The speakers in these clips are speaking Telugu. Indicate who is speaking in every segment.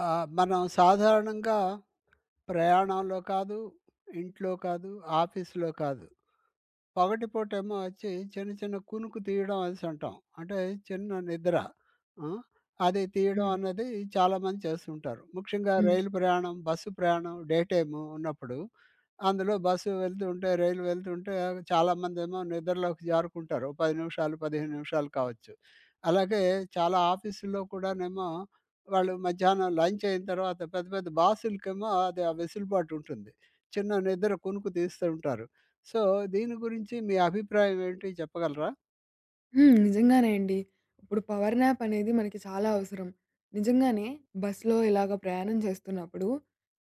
Speaker 1: ఆ! మనం సాధారణంగా ప్రయాణంలో కాదు, ఇంట్లో కాదు, ఆఫీస్‌లో కాదు. పగటిపూటేమో వచ్చి చిన్న చిన్న కునుకు తీయడం అనేసంటాం. అంటే చిన్న నిద్ర. ఆ! అది తీయడం
Speaker 2: హ్మ్.
Speaker 1: అన్నది చాలామంది చేస్తుంటారు. ముఖ్యంగా
Speaker 2: హ్మ్.
Speaker 1: రైలు ప్రయాణం, బస్సు ప్రయాణం డే టైము ఉన్నప్పుడు అందులో బస్సు వెళ్తూ ఉంటే, రైలు వెళ్తూ ఉంటే చాలామందేమో నిద్రలోకి జారుకుంటారు. ఓ 10 నిమిషాలు, 15 నిమిషాలు కావచ్చు. అలాగే చాలా ఆఫీసుల్లో కూడానేమో వాళ్ళు మధ్యాహ్నం లంచ్ అయిన తర్వాత పెద్ద పెద్ద బాసులకేమో అది ఆ వెసులుబాటు ఉంటుంది. చిన్న నిద్ర కునుకు తీస్తూ ఉంటారు. సో, దీని గురించి మీ అభిప్రాయం ఏంటి చెప్పగలరా?
Speaker 2: హ్మ్. నిజంగానే అండి. ఇప్పుడు పవర్ నాప్ అనేది మనకి చాలా అవసరం. నిజంగానే బస్‌లో ఇలాగ ప్రయాణం చేస్తున్నప్పుడు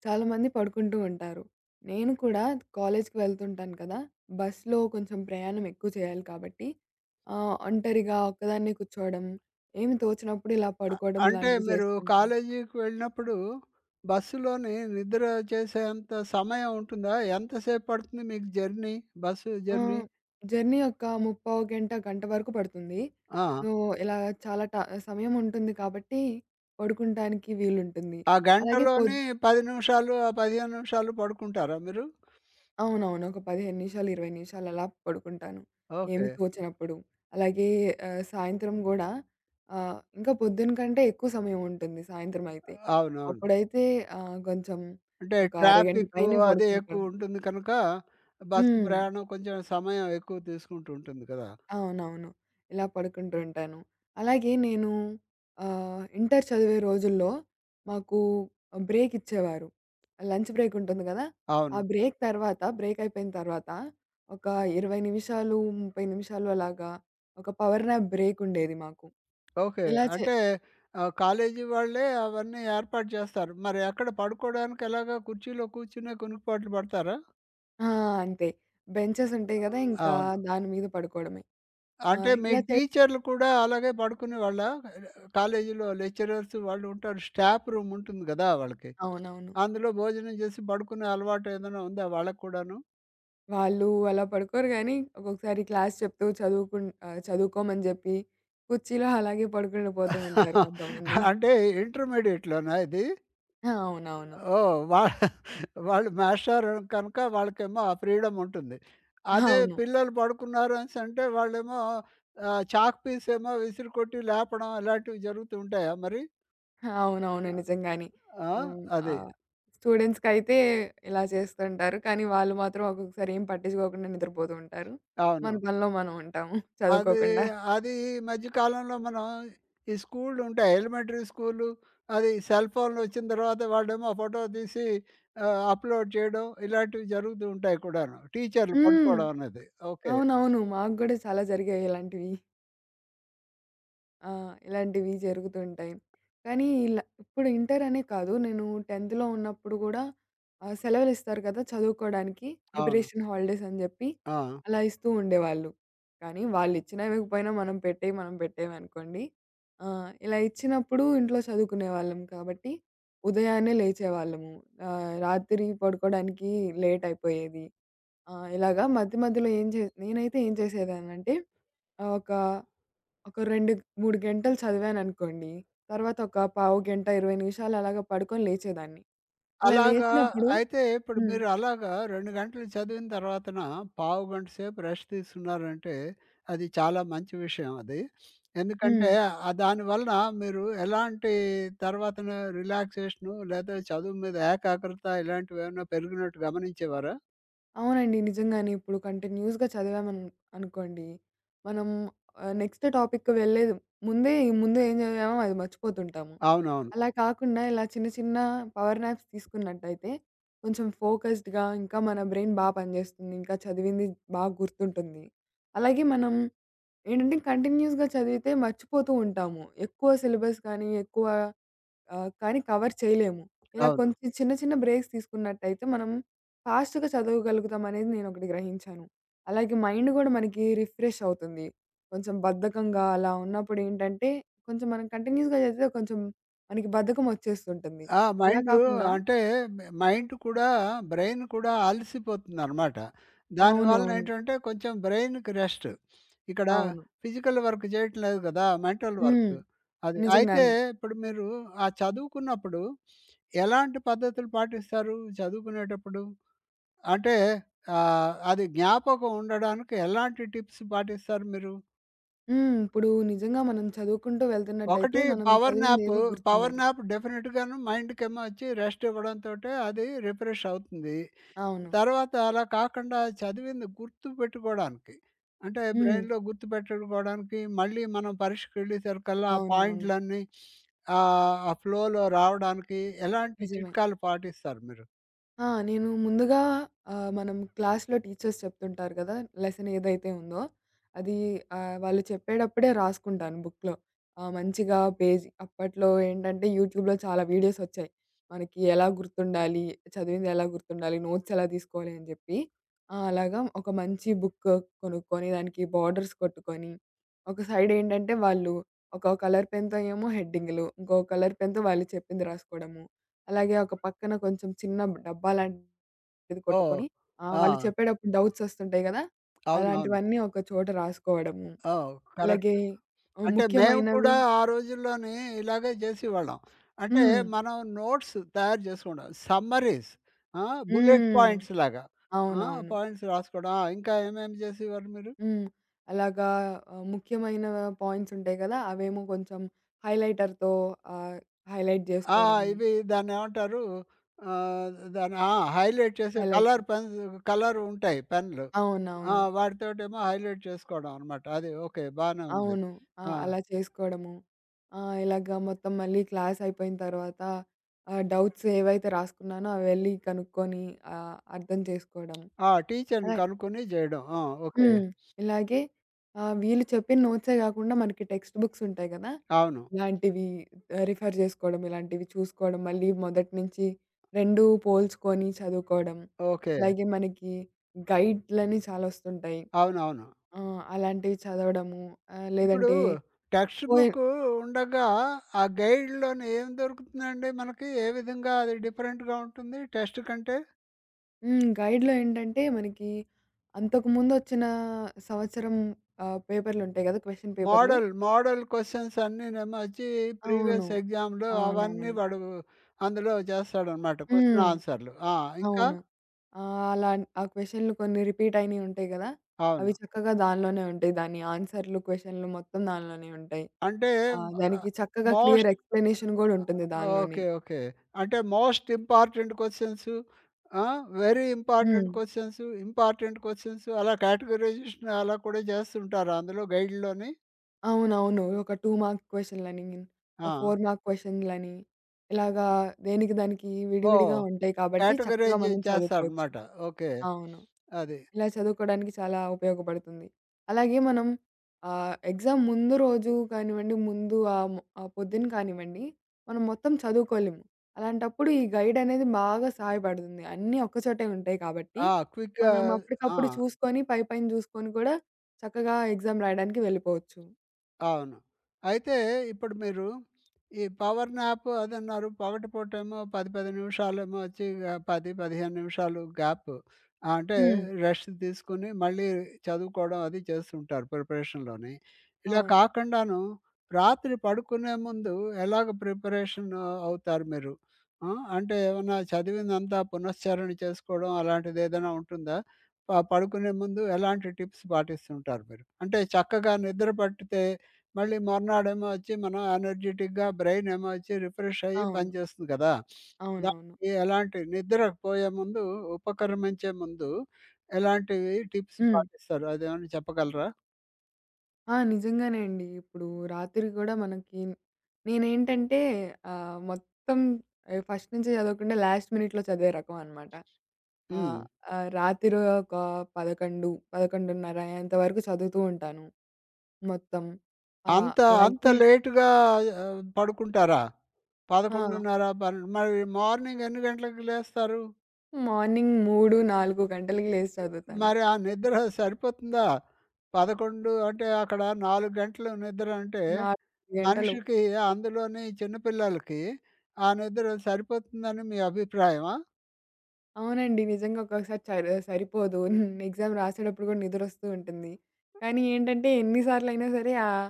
Speaker 2: చాలామంది పడుకుంటూ ఉంటారు. నేను కూడా కాలేజ్‌కి వెళ్తుంటాను కదా! బస్‌లో కొంచెం ప్రయాణం ఎక్కువ చేయాలి కాబట్టి ఒంటరిగా ఒక్కదాన్నే కూర్చోవడం, ఏమి తోచనప్పుడు ఇలా పడుకోవడం
Speaker 1: అంటే
Speaker 2: లాంటివి
Speaker 1: మీరు
Speaker 2: చేస్తుంటాను.
Speaker 1: కాలేజీకి వెళ్ళినప్పుడు బస్సులోని నిద్ర చేసేంత సమయం ఉంటుందా? ఎంతసేపు పడుతుంది మీకు జర్నీ? బస్సు
Speaker 2: ఆ!
Speaker 1: జర్నీ?
Speaker 2: జర్నీ ఒక ముప్పావు గంట, గంట వరకు పడుతుంది.
Speaker 1: ఆ!
Speaker 2: సో, ఇలా చాలా సమయం ఉంటుంది కాబట్టి పడుకుంటానికి వీలుంటుంది.
Speaker 1: ఆ
Speaker 2: అలాగే
Speaker 1: గంటలోని 10 నిమిషాలు, ఆ 15 నిమిషాలు పడుకుంటారా మీరు?
Speaker 2: అవునవును. ఒక 15 నిమిషాలు, 20 నిమిషాలు అలా పడుకుంటాను.
Speaker 1: ఓకే.
Speaker 2: ఏమి తోచనప్పుడు. అలాగే సాయంత్రం గూడా ఇంకా పొద్దున కంటే ఎక్కువ సమయం ఉంటుంది సాయంత్రం అయితే.
Speaker 1: అవునవును.
Speaker 2: అప్పుడైతే కొంచెం
Speaker 1: అంటే
Speaker 2: ఒక అరగంట
Speaker 1: ట్రాఫిక్కు
Speaker 2: పైనే
Speaker 1: అది
Speaker 2: పడుకుంటాను.
Speaker 1: ఎక్కువుంటుంది కనుక, బస్సు
Speaker 2: హ్మ్.
Speaker 1: ప్రయాణం కొంచెం సమయం ఎక్కువ తీసుకుంటూ ఉంటుంది కదా!
Speaker 2: అవునవును. ఇలా పడుకుంటూ ఉంటాను. అలాగే నేను ఇంటర్ చదివే రోజుల్లో మాకు బ్రేక్ ఇచ్చేవారు. లంచ్ బ్రేక్ ఉంటుంది గదా! ఆ
Speaker 1: అవును.
Speaker 2: బ్రేక్ తర్వాత బ్రేక్ అయిపోయిన తర్వాత ఒక 20 నిమిషాలు, 30 నిమిషాలు అలాగా ఒక పవర్ న్యాప్ బ్రేక్ ఉండేది మాకు.
Speaker 1: ఓకే.
Speaker 2: ఇలా చే
Speaker 1: అంటే కాలేజీ వాళ్ళే అవన్నీ ఏర్పాటు చేస్తారు. మరి అక్కడ పడుకోవడానికి ఎలాగా కుర్చీలో కూర్చునే కునుకుపాట్లు పడతారా?
Speaker 2: ఆ! అంతే. బెంచెస్ ఉంటాయి గదా! ఇంకా
Speaker 1: అవును.
Speaker 2: దాని మీద పడుకోవడమే.
Speaker 1: అంటే
Speaker 2: ఆహ్,
Speaker 1: మీ
Speaker 2: ఇలా చే
Speaker 1: టీచర్లు కూడా అలాగే పడుకునేవాళ్ళా? కాలేజీలో లెక్చరర్స్ వాళ్ళు ఉంటారు. స్టాఫ్ రూమ్ ఉంటుంది గదా! వాళ్ళకి.
Speaker 2: అవునవును.
Speaker 1: అందులో భోజనం చేసి పడుకునే అలవాటు ఏదైనా ఉందా వాళ్ళకి కూడాను?
Speaker 2: వాళ్ళు అలా పడుకోరు గానీ, ఒక్కొక్కసారి క్లాస్ చెప్తూ చదువుకోమని జెప్పి, కుర్చీలో అలాగే పడుకుండి పోతూ ఉంటారు కొంతమంది.
Speaker 1: అంటే ఇంటర్మీడియేట్‌లోనా ఇది?
Speaker 2: ఆ, అవునవును.
Speaker 1: ఓహ్! వాళ్ళు మాస్టారు కనుక వాళ్ళకేమో ఆ ఫ్రీడమ్ ఉంటుంది. అదే
Speaker 2: అవును.
Speaker 1: పిల్లలు పడుకున్నారు అనేసంటే వాళ్ళేమో చాక్ పీస్ ఏమో విసిరికొట్టి లేపడం ఇలాంటివి జరుగుతూ ఉంటాయా మరి?
Speaker 2: అవునవును. నిజంగానే.
Speaker 1: ఆ!
Speaker 2: హ్మ్.
Speaker 1: అది.
Speaker 2: ఆహ్, స్టూడెంట్స్‌కైతే ఇలా చేస్తుంటారు. కానీ వాళ్ళు మాత్రం ఒక్కొక్కసారి ఏం పట్టించుకోకుండా నిద్రపోతూ ఉంటారు.
Speaker 1: అవును.
Speaker 2: మన పనిలో మనం ఉంటాము
Speaker 1: అది
Speaker 2: చదువుకోకుండా.
Speaker 1: అది ఈ మధ్య కాలంలో మనం ఈ స్కూళ్ళు ఉంటాయి. ఎలిమెంటరీ స్కూలు, అది సెల్ ఫోన్లు వచ్చిన తర్వాత వాళ్ళేమో ఫోటో తీసి అప్‌లోడ్ చేయడం ఇలాంటివి జరుగుతూ ఉంటాయి కూడాను. టీచర్లు
Speaker 2: హ్మ్.
Speaker 1: పడుకోవడం అన్నది. ఓకే.
Speaker 2: అవునవును. మాకు గూడా చాలా జరిగాయి ఇలాంటివి. ఆ! ఇలాంటివి జరుగుతుంటాయి. కానీ ఇలా ఇప్పుడు ఇంటర్ అనే కాదు. నేను 10థ్‌లో ఉన్నప్పుడు గూడా సెలవులిస్తారు కదా! చదువుకోడానికి.
Speaker 1: అవును.
Speaker 2: ప్రిపరేషన్ హాలిడేస్ అని జెప్పి
Speaker 1: ఆ!
Speaker 2: అలా ఇస్తూ ఉండేవాళ్ళు. కానీ వాళ్ళిచ్చినా ఇవ్వకపోయినా మనం పెట్టేవనుకోండి. ఇలా ఇచ్చినప్పుడు ఇంట్లో చదువుకునేవాళ్ళం కాబట్టి ఉదయాన్నే లేచేవాళ్ళము. రాత్రి పడుకోడానికి లేట్ అయిపోయేది. ఇలాగా మధ్య మధ్యలో ఏం చే నేనైతే ఏం చేసేదాన్నంటే ఒక ఒక 2, 3 గంటలు చదివాననుకోండి. తర్వాత ఒక పావు గంట, 20 నిమిషాలు అలాగా పడుకొని లేచేదాన్ని. ఇలా
Speaker 1: అలాగా
Speaker 2: లేచినప్పుడు
Speaker 1: అయితే ఇప్పుడు
Speaker 2: హ్మ్.
Speaker 1: మీరు అలాగా 2 గంటలు చదివిన తర్వాతన పావుగంట సేపు రెస్ట్ తీసుకున్నారంటే, అది చాలా మంచి విషయం అది. ఎందుకంటే
Speaker 2: హ్మ్.
Speaker 1: దానివలన మీరు ఎలాంటి తర్వాతన రిలాక్సేషను లేదా చదువు మీద ఏకాగ్రత ఇలాంటివేమన్నా పెరిగినట్టు గమనించేవారా?
Speaker 2: అవునండి. నిజంగానే ఇప్పుడు కంటిన్యూస్‌గా చదివామను అనుకోండి, మనం నెక్స్ట్ టాపిక్‌కి వెళ్ళే ముందే ఈ ముందు ఏం చదివామో అది మర్చిపోతుంటాము.
Speaker 1: అవునవును.
Speaker 2: అలా కాకుండా ఇలా చిన్న చిన్న పవర్ నాప్స్ తీసుకున్నట్టయితే కొంచెం ఫోకస్డ్‌గా ఇంకా మన బ్రెయిన్ పనిచేస్తుంది. ఇంకా చదివింది బాగా గుర్తుంటుంది. అలాగే మనం ఏంటంటే కంటిన్యూయస్‌గా చదివితే మర్చిపోతూ ఉంటాము. ఎక్కువ సిలబస్ కానీ, ఎక్కువ కానీ కవర్ చేయలేము. ఇలా
Speaker 1: అవును.
Speaker 2: కొంచెం చిన్న చిన్న బ్రేక్స్ తీసుకున్నట్టయితే మనం ఫాస్ట్‌గా చదవగలుగుతాం అనేది నేనొకటి గ్రహించాను. అలాగే మైండ్ గూడా మనకి రిఫ్రెష్ అవుతుంది. కొంచెం బద్ధకంగా అలా ఉన్నప్పుడు ఏంటంటే, కొంచెం మనం కంటిన్యూయస్‌గా చదివితే కొంచెం మనకి బద్ధకం వచ్చేస్తుంటుంది.
Speaker 1: ఆ!
Speaker 2: అలా
Speaker 1: మైండు
Speaker 2: కాకుండా
Speaker 1: అంటే మైండ్ కూడా బ్రెయిన్ కూడా అలసిపోతుందనమాట.
Speaker 2: అవునవును.
Speaker 1: దానివల్లనేంటంటే కొంచెం బ్రెయిన్‌కి రెస్ట్. ఇక్కడ
Speaker 2: అవును.
Speaker 1: ఫిజికల్ వర్క్ చేయటం లేదు కదా! మెంటల్
Speaker 2: హ్మ్.
Speaker 1: వర్క్. అది. అయితే
Speaker 2: నిజంగానే.
Speaker 1: ఇప్పుడు మీరు ఆ చదువుకున్నప్పుడు ఎలాంటి పద్ధతులు పాటిస్తారు చదువుకునేటప్పుడు? అంటే అది జ్ఞాపకం ఉండడానికి ఎలాంటి టిప్స్ పాటిస్తారు మీరు?
Speaker 2: హ్మ్. ఇప్పుడు నిజంగా మనం చదువుకుంటూ వెళ్తున్నట్టయితే
Speaker 1: ఒకటి
Speaker 2: మనం
Speaker 1: పవర్ న్యాప్.
Speaker 2: చదివిందేది
Speaker 1: పవర్
Speaker 2: గుర్తుండదు.
Speaker 1: న్యాప్ డెఫినిట్‌గాను మైండ్‌కేమో వచ్చి రెస్ట్ ఇవ్వడంతోటే అది రిఫ్రెష్ అవుతుంది.
Speaker 2: అవును.
Speaker 1: తర్వాత అలా కాకుండా చదివింది గుర్తుపెట్టుకోవడానికి, అంటే
Speaker 2: హ్మ్.
Speaker 1: బ్రెయిన్‌లో గుర్తుపెట్టుకోవడానికి మళ్ళీ మనం పరీక్షకెళ్ళేసరికల్లా ఆ
Speaker 2: అవునవును.
Speaker 1: పాయింట్‌లన్నీ ఆ ఫ్లోలో రావడానికి ఎలాంటి
Speaker 2: నిజమే.
Speaker 1: చిట్కాలు పాటిస్తారు మీరు?
Speaker 2: ఆ! నేను ముందుగా మనం క్లాస్‌లో టీచర్స్ చెప్తుంటారు గదా! లెసన్ ఏదైతే ఉందో, అది వాళ్ళు చెప్పేటప్పుడే రాసుకుంటాను బుక్‌లో. మంచిగా పేజ్ అప్పట్లో ఏంటంటే యూట్యూబ్‌లో చాలా వీడియోస్ ఒచ్చాయి. మనకి ఎలా గుర్తుండాలి, చదివింది ఎలా గుర్తుండాలి, నోట్స్ ఎలా తీసుకోవాలి అని జెప్పి. ఆ! అలాగా ఒక మంచి బుక్ కొనుక్కొని, దానికి బార్డర్స్ కొట్టుకొని, ఒక సైడ్ ఏంటంటే వాళ్ళు ఒక కలర్ పెన్‌తో ఏమో హెడ్డింగ్‌లు, ఇంకో కలర్ పెన్‌తో వాళ్ళు చెప్పింది రాసుకోవడము. అలాగే ఒక పక్కన కొంచెం చిన్న డబ్బా లాంటిది
Speaker 1: ఓహ్!
Speaker 2: కొట్టుకొని,
Speaker 1: ఆ!
Speaker 2: వాళ్ళు చెప్పేటప్పుడు డౌట్స్ వస్తుంటాయి గదా!
Speaker 1: అవునవును.
Speaker 2: అలాంటివన్నీ ఒక చోట రాసుకోవడము.
Speaker 1: ఓహ్!
Speaker 2: అలాగే
Speaker 1: కరెక్ట్. అంటే మేము కూడా
Speaker 2: ముఖ్యమైనవి
Speaker 1: ఆ రోజుల్లోని ఇలాగే జేసేవాళ్ళం. అంటే
Speaker 2: హ్మ్.
Speaker 1: మనం నోట్స్ తయారు జేసుకోవడం. సమ్మరీస్. ఆ! Bullet
Speaker 2: hmm.
Speaker 1: పాయింట్స్ లాగా. ఆ!
Speaker 2: అవునవును.
Speaker 1: పాయింట్స్ రాసుకోవడం. ఆ! ఇంకా ఏమేమి జేసేవారు మీరు?
Speaker 2: హ్మ్. అలాగా ముఖ్యమైన పాయింట్స్ ఉంటాయి గదా! అవేమో కొంచెం హైలైటర్‌తో ఆహ్, హైలైట్
Speaker 1: ఆ!
Speaker 2: జేసుకోవడము.
Speaker 1: ఇవి దాన్నేమంటారు ఆహ్, దాన్ని ఏమంటారు, ఆ! దాన్ని హైలైట్ చేసే కలర్
Speaker 2: హైలైటింగ్.
Speaker 1: పెన్స్ కలర్ ఉంటాయి పెన్నులు. ఆ!
Speaker 2: అవునవును.
Speaker 1: వాటితోటేమో హైలైట్ చేసుకోవడం అనమాట. అది ఓకే. బానే ఉంది.
Speaker 2: అవును. ఆ!
Speaker 1: ఆ!
Speaker 2: అలా చేసుకోవడము. ఇలాగ మొత్తం మళ్ళీ క్లాస్ అయిపోయిన తర్వాత డౌట్స్ ఏవైతే రాసుకున్నానో అవి వెళ్లి కనుక్కొని అర్థం చేసుకోవడం.
Speaker 1: ఆ! టీచర్‌ని
Speaker 2: అలా
Speaker 1: కనుక్కొని జేయడం. ఆ! ఓకే.
Speaker 2: హ్మ్. ఇలాగే వీళ్ళు చెప్పిన నోట్సే కాకుండా మనకి టెక్స్ట్ బుక్స్ ఉంటాయి గదా!
Speaker 1: అవును.
Speaker 2: ఇలాంటివి రిఫర్ చేసుకోవడం, ఇలాంటివి చూసుకోవడం, మళ్ళీ మొదటి నుంచి 2 పోల్చుకొని చదువుకోవడం.
Speaker 1: ఓకే.
Speaker 2: అలాగే మనకి గైడ్‌లని చాలా వస్తుంటాయి.
Speaker 1: అవునవును.
Speaker 2: ఆ! అలాంటివి చదవడము
Speaker 1: ఇప్పుడు
Speaker 2: లేదంటే
Speaker 1: టెక్స్ట్
Speaker 2: పోయ
Speaker 1: బుక్కు ఉండగా, ఆ గైడ్‌లోని ఏం దొరుకుతుందండి మనకి? ఏ విధంగా అది డిఫరెంట్‌గా ఉంటుంది టెస్ట్ కంటే?
Speaker 2: హ్మ్. గైడ్‌లో ఏంటంటే మనకి అంతకుముందొచ్చిన సంవత్సరం పేపర్‌లుంటాయి గదా! క్వెషన్ పేపర్‌లు.
Speaker 1: మోడల్, మోడల్ క్వెషన్స్ అన్నీనేమో వచ్చి
Speaker 2: అవును.
Speaker 1: ప్రీవియస్ ఎగ్జామ్‌లో అవన్నీ
Speaker 2: అవునవును.
Speaker 1: వాడు అందులో చేస్తాడనమాట క్వెషన్
Speaker 2: హ్మ్.
Speaker 1: ఆన్సర్‌లు. ఆ! ఇంకా?
Speaker 2: అవును. ఆహ్, అలాం ఆ క్వెషన్‌లు కొన్ని రిపీట్ అయినయి ఉంటాయి గదా! అవి
Speaker 1: అవును.
Speaker 2: చక్కగా దానిలోనే ఉంటాయి. దాని ఆన్సర్‌లు, క్వెషన్‌లు మొత్తం దానిలోనే ఉంటాయి.
Speaker 1: అంటే
Speaker 2: ఆ!
Speaker 1: ఆహ్,
Speaker 2: దానికి చక్కగా క్లియర్
Speaker 1: మోస్ట్
Speaker 2: ఎక్స్‌ప్లనేషన్ గూడా ఉంటుంది దానిలోనే.
Speaker 1: ఓకే. ఓకే. అంటే మోస్ట్ ఇంపార్టెంట్ క్వెషన్స్, ఆ! Very important
Speaker 2: hmm.
Speaker 1: Questions, important questions అలా కేటగరైజేషన్ అలా కూడా చేస్తుంటారా అందులో గైడ్‌లోని?
Speaker 2: అవునవును. ఒక 2 మార్క్ క్వెషన్‌లని,
Speaker 1: ఆ!
Speaker 2: 4 మార్క్ క్వెషన్‌లని ఇలాగా దేనికి దానికి
Speaker 1: ఓహ్!
Speaker 2: విడివిడిగా ఉంటాయి కాబట్టి చక్కగా
Speaker 1: కేటగరైజ్
Speaker 2: మనం చదువుకోవచ్చు.
Speaker 1: చేస్తారనమాట. ఓకే.
Speaker 2: అవును.
Speaker 1: అది.
Speaker 2: ఇలా చదువుకోవడానికి చాలా ఉపయోగపడుతుంది. అలాగే మనం ఎగ్జామ్ ముందు రోజు కానివ్వండి, ముందు పొద్దున కానివ్వండి, మనం మొత్తం చదువుకోలేము. అలాంటప్పుడు ఈ గైడ్ అనేది బాగా సహాయపడుతుంది. అన్నీ ఒక్కచోటే ఉంటాయి కాబట్టి,
Speaker 1: ఆ! క్విక్‌గా.
Speaker 2: మనం
Speaker 1: ఆ!
Speaker 2: అప్పటికప్పుడు చూసుకొని పైపైన చూసుకొని కూడా చక్కగా ఎగ్జామ్ రాయడానికి వెళ్ళిపోవచ్చు.
Speaker 1: అవును. అయితే ఇప్పుడు మీరు ఈ పవర్ న్యాప్ అదన్నారు. పగటిపూటేమో 10 నిమిషాలేమో వచ్చి 10, 15 నిమిషాలు గ్యాప్ అంటే
Speaker 2: హ్మ్.
Speaker 1: రెస్ట్ తీసుకొని మళ్ళీ చదువుకోవడం అది చేస్తుంటారు ప్రిపరేషన్‌లోని. ఇలా
Speaker 2: అవును.
Speaker 1: కాకుండాను రాత్రి పడుకునే ముందు ఎలాగ ప్రిపరేషన్ అవుతారు మీరు? ఆ! అంటే ఏమన్నా చదివిందంతా పునశ్చరణ చేసుకోవడం అలాంటిది ఏదైనా ఉంటుందా? పడుకునే ముందు ఎలాంటి టిప్స్ పాటిస్తుంటారు మీరు? అంటే చక్కగా నిద్ర పట్టితే మళ్ళీ మర్నాడేమో వచ్చి మనం ఎనర్జిటిక్‌గా బ్రెయిన్ ఏమో వచ్చి రిఫ్రెష్ అయ్యి
Speaker 2: అవును.
Speaker 1: పనిచేస్తుంది కదా!
Speaker 2: అవునవును.
Speaker 1: దానికి ఎలాంటి నిద్రకు పోయే ముందు, ఉపక్రమించే ముందు ఎలాంటివి టిప్స్
Speaker 2: హ్మ్.
Speaker 1: పాటిస్తారు? అదేమైనా చెప్పగలరా?
Speaker 2: ఆ! నిజంగానే అండి. ఇప్పుడు రాత్రి గూడా మనకి నేనేంటంటే మొత్తం ఫస్ట్ నుంచి చదవకుండా లాస్ట్ మినిట్‌లో చదివే రకం అన్నమాట.
Speaker 1: హ్మ్.
Speaker 2: ఆహ్, ఆహ్, రాత్రి ఒక 11, 11:30 అయ్యేంత వరకు చదువుతూ ఉంటాను. మొత్తం.
Speaker 1: అంత అంత
Speaker 2: అలాగే
Speaker 1: లేట్‌గా పడుకుంటారా?
Speaker 2: ఆ!
Speaker 1: 11:30, 12 మరి మార్నింగ్ ఎన్ని గంటలకు లేస్తారు?
Speaker 2: మార్నింగ్ 3, 4 గంటలకి లేసి చదువుతాను.
Speaker 1: మరి ఆ నిద్ర సరిపోతుందా? 11 అంటే అక్కడ 4 గంటలు నిద్ర అంటే,
Speaker 2: 4 గంటలు
Speaker 1: మనిషికి అందులోని చిన్న పిల్లలకి ఆ నిద్ర సరిపోతుందని మీ అభిప్రాయమా?
Speaker 2: అవునండి. నిజంగా ఒక్కొక్కసారి సరిపోదు. ఎగ్జామ్ రాసేటప్పుడు కూడా నిద్రొస్తూ ఉంటుంది. కానీ ఏంటంటే ఎన్ని సార్లయినా సరే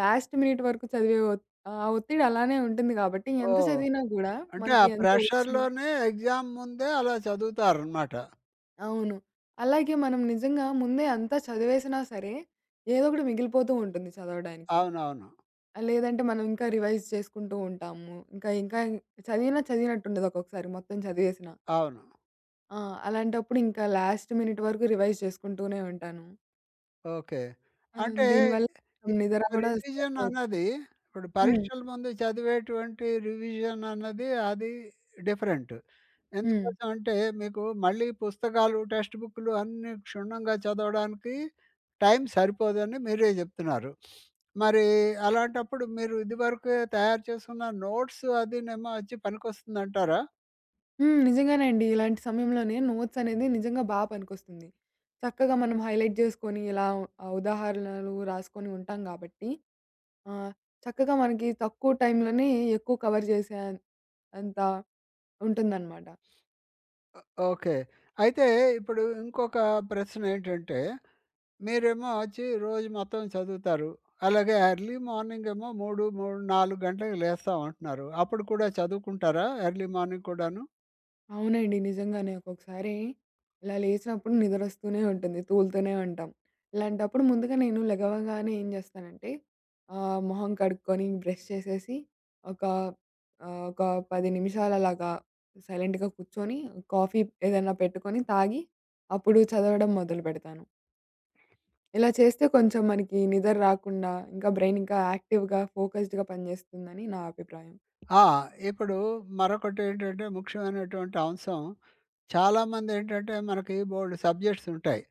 Speaker 2: లాస్ట్ మినిట్ వరకు చదివే ఒత్ ఆ ఒత్తిడి అలానే ఉంటుంది కాబట్టి ఎంత
Speaker 1: ఓహ్!
Speaker 2: చదివినా గూడా
Speaker 1: అంటే ఆ
Speaker 2: మనకి ఎంతో వచ్చు
Speaker 1: ప్రెషర్‌లోనే ఎగ్జామ్ ముందే అలా చదువుతారనమాట.
Speaker 2: అవును. అలాగే మనం నిజంగా ముందే అంతా చదివేసినా సరే ఏదో ఒకటి మిగిలిపోతూ ఉంటుంది చదవడానికి.
Speaker 1: అవునవును.
Speaker 2: లేదంటే మనం ఇంకా రివైజ్ చేసుకుంటూ ఉంటాము. ఇంకా ఇంకా చదివినా చదివినట్టుండదు ఒక్కొక్కసారి మొత్తం చదివేసినా.
Speaker 1: అవును.
Speaker 2: ఆ! అలాంటప్పుడు ఇంకా లాస్ట్ మినిట్ వరకు రివైజ్ చేసుకుంటూనే ఉంటాను.
Speaker 1: ఓకే.
Speaker 2: ఆ!
Speaker 1: అంటే
Speaker 2: దీనివల్ల
Speaker 1: ఈ
Speaker 2: నిద్ర గూడా
Speaker 1: రివిజన్
Speaker 2: సరిపోదు.
Speaker 1: అన్నది ఇప్పుడు
Speaker 2: హ్మ్.
Speaker 1: పరీక్షల ముందు చదివేటువంటి రివిజన్ అన్నది అది డిఫరెంట్.
Speaker 2: హ్మ్.
Speaker 1: ఎందుకోసం అంటే మీకు మళ్ళీ పుస్తకాలు, టెక్స్ట్ బుక్‌లు అన్నీ క్షుణ్ణంగా చదవడానికి టైం సరిపోదని మీరే జెప్తున్నారు. మరి అలాంటప్పుడు మీరు ఇదివరకే తయారు చేసుకున్న నోట్స్ అదీనేమో వచ్చి పనికొస్తుందంటారా?
Speaker 2: హ్మ్. నిజంగానే అండి. ఇలాంటి సమయంలోనే నోట్స్ అనేది నిజంగా పనికొస్తుంది. చక్కగా మనం హైలైట్ జేసుకొని ఇలా ఉదాహరణలు రాసుకొని ఉంటాం గాబట్టి ఆహ్, చక్కగా మనకి తక్కువ టైంలోనే ఎక్కువ కవర్ జేసే అంత ఉంటుందన్నమాట.
Speaker 1: ఓకే. అయితే ఇప్పుడు ఇంకొక ప్రశ్నేంటంటే మీరేమో వచ్చి రోజు మొత్తం చదువుతారు. అలాగే ఎర్లీ మార్నింగ్ ఏమో 4 గంటలకు లేస్తాం అంటున్నారు. అప్పుడు కూడా చదువుకుంటారా ఎర్లీ మార్నింగ్ కూడాను?
Speaker 2: అవునండి. నిజంగానే. ఒక్కొక్కసారి ఇలా లేచినప్పుడు నిద్రొస్తూనే ఉంటుంది. తూలుతూనే ఉంటాం. ఇలాంటప్పుడు ముందుగా నేను లెగవగానే ఏం చేస్తానంటే మొహం కడుక్కొని బ్రష్ చేసేసి ఒక ఒక 10 నిమిషాలు అలాగా సైలెంట్‌గా కూర్చొని కాఫీ ఏదైనా పెట్టుకొని తాగి అప్పుడు చదవడం మొదలుపెడతాను. ఇలా చేస్తే కొంచెం మనకి నిద్ర రాకుండా ఇంకా బ్రెయిన్ ఇంకా యాక్టివ్‌గా, ఫోకస్డ్‌గా పనిచేస్తుందని నా అభిప్రాయం.
Speaker 1: ఆ! ఇప్పుడు మరొకటేంటంటే ముఖ్యమైనటువంటి అంశం చాలామందేంటంటే మనకి బోలెడు సబ్జెక్ట్స్ ఉంటాయి.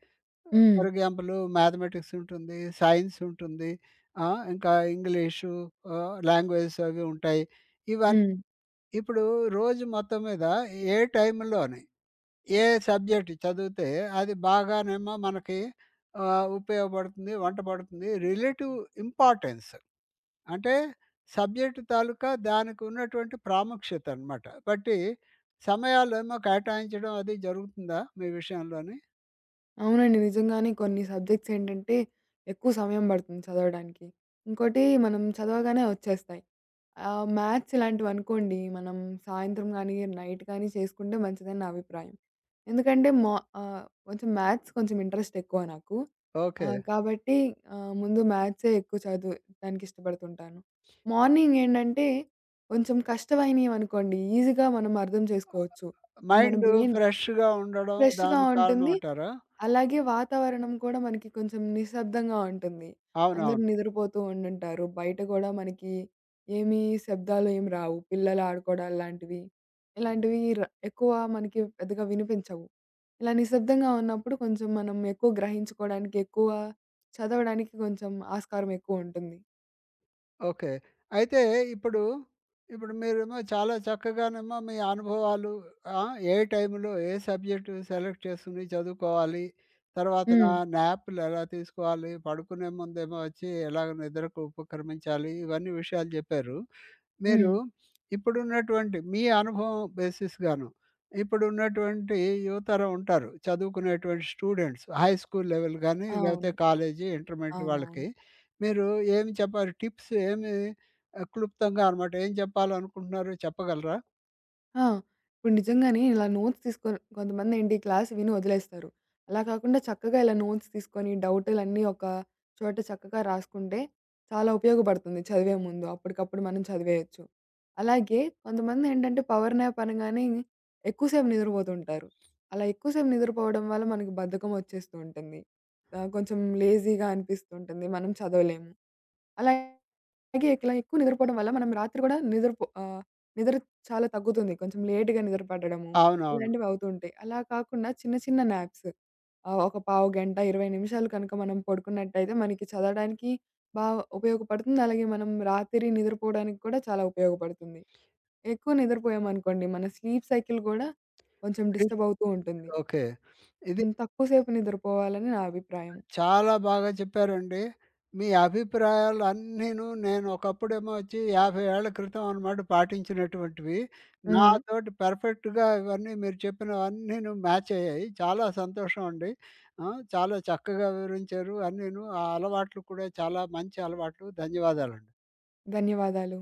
Speaker 2: హ్మ్.
Speaker 1: ఫర్ ఎగ్జాంపుల్ మ్యాథమెటిక్స్ ఉంటుంది, సైన్స్ ఉంటుంది, ఆ! ఇంకా ఇంగ్లీషు లాంగ్వేజెస్ అవి ఉంటాయి. ఇవన్నీ
Speaker 2: హ్మ్.
Speaker 1: ఇప్పుడు రోజు మొత్తం మీద ఏ టైంలోని ఏ సబ్జెక్ట్ చదివితే అది బాగానేమో మనకి ఉపయోగపడుతుంది, వంట పడుతుంది. రిలేటివ్ ఇంపార్టెన్స్ అంటే సబ్జెక్ట్ తాలూకా దానికి ఉన్నటువంటి ప్రాముఖ్యత అన్నమాట. బట్టి సమయాలేమో కేటాయించడం అది జరుగుతుందా మీ విషయంలోని?
Speaker 2: అవునండి. నిజంగానే కొన్ని సబ్జెక్ట్స్ ఏంటంటే, ఎక్కువ సమయం పడుతుంది చదవడానికి. ఇంకోటి మనం చదవగానే వచ్చేస్తాయి. మ్యాథ్స్ ఇలాంటివనుకోండి, మనం సాయంత్రం గానీ, నైట్ కానీ చేసుకుంటే మంచిదని నా అభిప్రాయం. ఎందుకంటే మా కొంచెం మ్యాథ్స్ కొంచెం ఇంట్రెస్ట్ ఎక్కువ నాకు.
Speaker 1: ఓకే.
Speaker 2: కాబట్టి ముందు మ్యాథ్సే ఎక్కువ చదువుతానికి ఇష్టపడుతుంటాను. మార్నింగ్ ఏంటంటే, కొంచెం కష్టమైనవనుకోండి, ఈజీగా మనం అర్థం చేసుకోవచ్చు. మన
Speaker 1: మైండు
Speaker 2: బ్రెయిన్
Speaker 1: ఫ్రెష్‌గా ఉండడం
Speaker 2: ఫ్రెష్‌గా
Speaker 1: దానికి కారణం
Speaker 2: ఉంటుంది.
Speaker 1: అంటారా?
Speaker 2: అలాగే వాతావరణం కూడా మనకి కొంచెం నిశ్శబ్దంగా ఉంటుంది. అందరూ
Speaker 1: అవునవును.
Speaker 2: నిద్రపోతూ ఉండుంటారు. బయట గూడా మనకి ఏమీ శబ్దాలు ఏమి రావు. పిల్లలు ఆడుకోవడాలు లాంటివి, ఇలాంటివి ర ఎక్కువ మనకి పెద్దగా వినిపించవు. ఇలా నిశ్శబ్దంగా ఉన్నప్పుడు కొంచెం మనం ఎక్కువ గ్రహించుకోవడానికి, ఎక్కువ చదవడానికి కొంచెం ఆస్కారం ఎక్కువ ఉంటుంది.
Speaker 1: ఓకే. అయితే ఇప్పుడు, ఇప్పుడు మీరేమో చాలా చక్కగానేమో మీ అనుభవాలు ఏ టైంలో ఏ సబ్జెక్ట్ సెలెక్ట్ చేసుకొని చదువుకోవాలి, తర్వాతన
Speaker 2: హ్మ్.
Speaker 1: న్యాప్‌లు ఎలా తీసుకోవాలి, పడుకునే ముందేమో వచ్చి ఎలాగ నిద్రకు ఉపక్రమించాలి, ఇవన్నీ విషయాలు చెప్పారు. మీరు
Speaker 2: హ్మ్.
Speaker 1: ఇప్పుడున్నటువంటి మీ అనుభవం బేసిస్‌గాను, ఇప్పుడున్నటువంటి యువతరం ఉంటారు. చదువుకునేటువంటి స్టూడెంట్స్ హై స్కూల్ లెవెల్ గాని, లేకపోతే
Speaker 2: అవును.
Speaker 1: కాలేజీ, ఇంటర్మీడియేట్
Speaker 2: అవునవును.
Speaker 1: వాళ్ళకి మీరు ఏమి చెప్పాలి? టిప్స్ ఏమి క్లుప్తంగా అనమాట ఏం చెప్పాలనుకుంటున్నారు చెప్పగలరా?
Speaker 2: ఆ! ఇప్పుడు నిజంగానే ఇలా నోట్స్ తీసుకొని కొంతమందేంటి క్లాస్ విని వదిలేస్తారు. అలా కాకుండా చక్కగా ఇలా నోట్స్ తీసుకొని డౌటులన్నీ ఒక చోట చక్కగా రాసుకుంటే చాలా ఉపయోగపడుతుంది చదివే ముందు. అప్పటికప్పుడు మనం చదివేయొచ్చు. అలాగే కొంతమందేంటంటే పవర్ న్యాప్ అనగానే ఎక్కువ సేపు నిద్రపోతుంటారు. అలా ఎక్కువ సేపు నిద్రపోవడం వల్ల మనకు బద్ధకం వచ్చేస్తూ ఉంటుంది. కొంచెం లేజీగా అనిపిస్తుంటుంది. మనం చదవలేము. అలా అలాగే ఇట్లా ఎక్కువ నిద్రపోవడం వల్ల మనం రాత్రి కూడా నిద్ర చాలా తగ్గుతుంది. కొంచెం లేట్‌గా నిద్ర పట్టడము
Speaker 1: అవునవును.
Speaker 2: ఇలాంటివి అవుతూ ఉంటాయి. అలా కాకుండా చిన్న చిన్న న్యాప్స్ ఒక పావు గంట, 20 నిమిషాలు కనుక మనం పడుకున్నట్టయితే మనకి చదవడానికి బా ఉపయోగపడుతుంది. అలాగే మనం రాత్రి నిద్రపోవడానికి కూడా చాలా ఉపయోగపడుతుంది. ఎక్కువ నిద్రపోయామనుకోండి మన స్లీప్ సైకిల్ కూడా కొంచెం
Speaker 1: డి
Speaker 2: డిస్టర్బ్ అవుతూ ఉంటుంది.
Speaker 1: ఓకే. ఇది
Speaker 2: హ్మ్. తక్కువ సేపు నిద్రపోవాలని నా అభిప్రాయం.
Speaker 1: చాలా బాగా చెప్పారండి. మీ అభిప్రాయాలు అన్నీను నేను ఒకప్పుడేమో వచ్చి 50 ఏళ్ల క్రితం అనమాట పాటించినటువంటివి.
Speaker 2: హ్మ్.
Speaker 1: నాతోటి పర్ఫెక్ట్‌గా ఇవన్నీ మీరు చెప్పినవన్నీను మ్యాచ్ అయ్యాయి. చాలా సంతోషం అండి. ఆ! చాలా చక్కగా వివరించారు అన్నీను. ఆ అలవాట్లు కూడా చాలా మంచి అలవాట్లు. ధన్యవాదాలండి.
Speaker 2: ధన్యవాదాలు.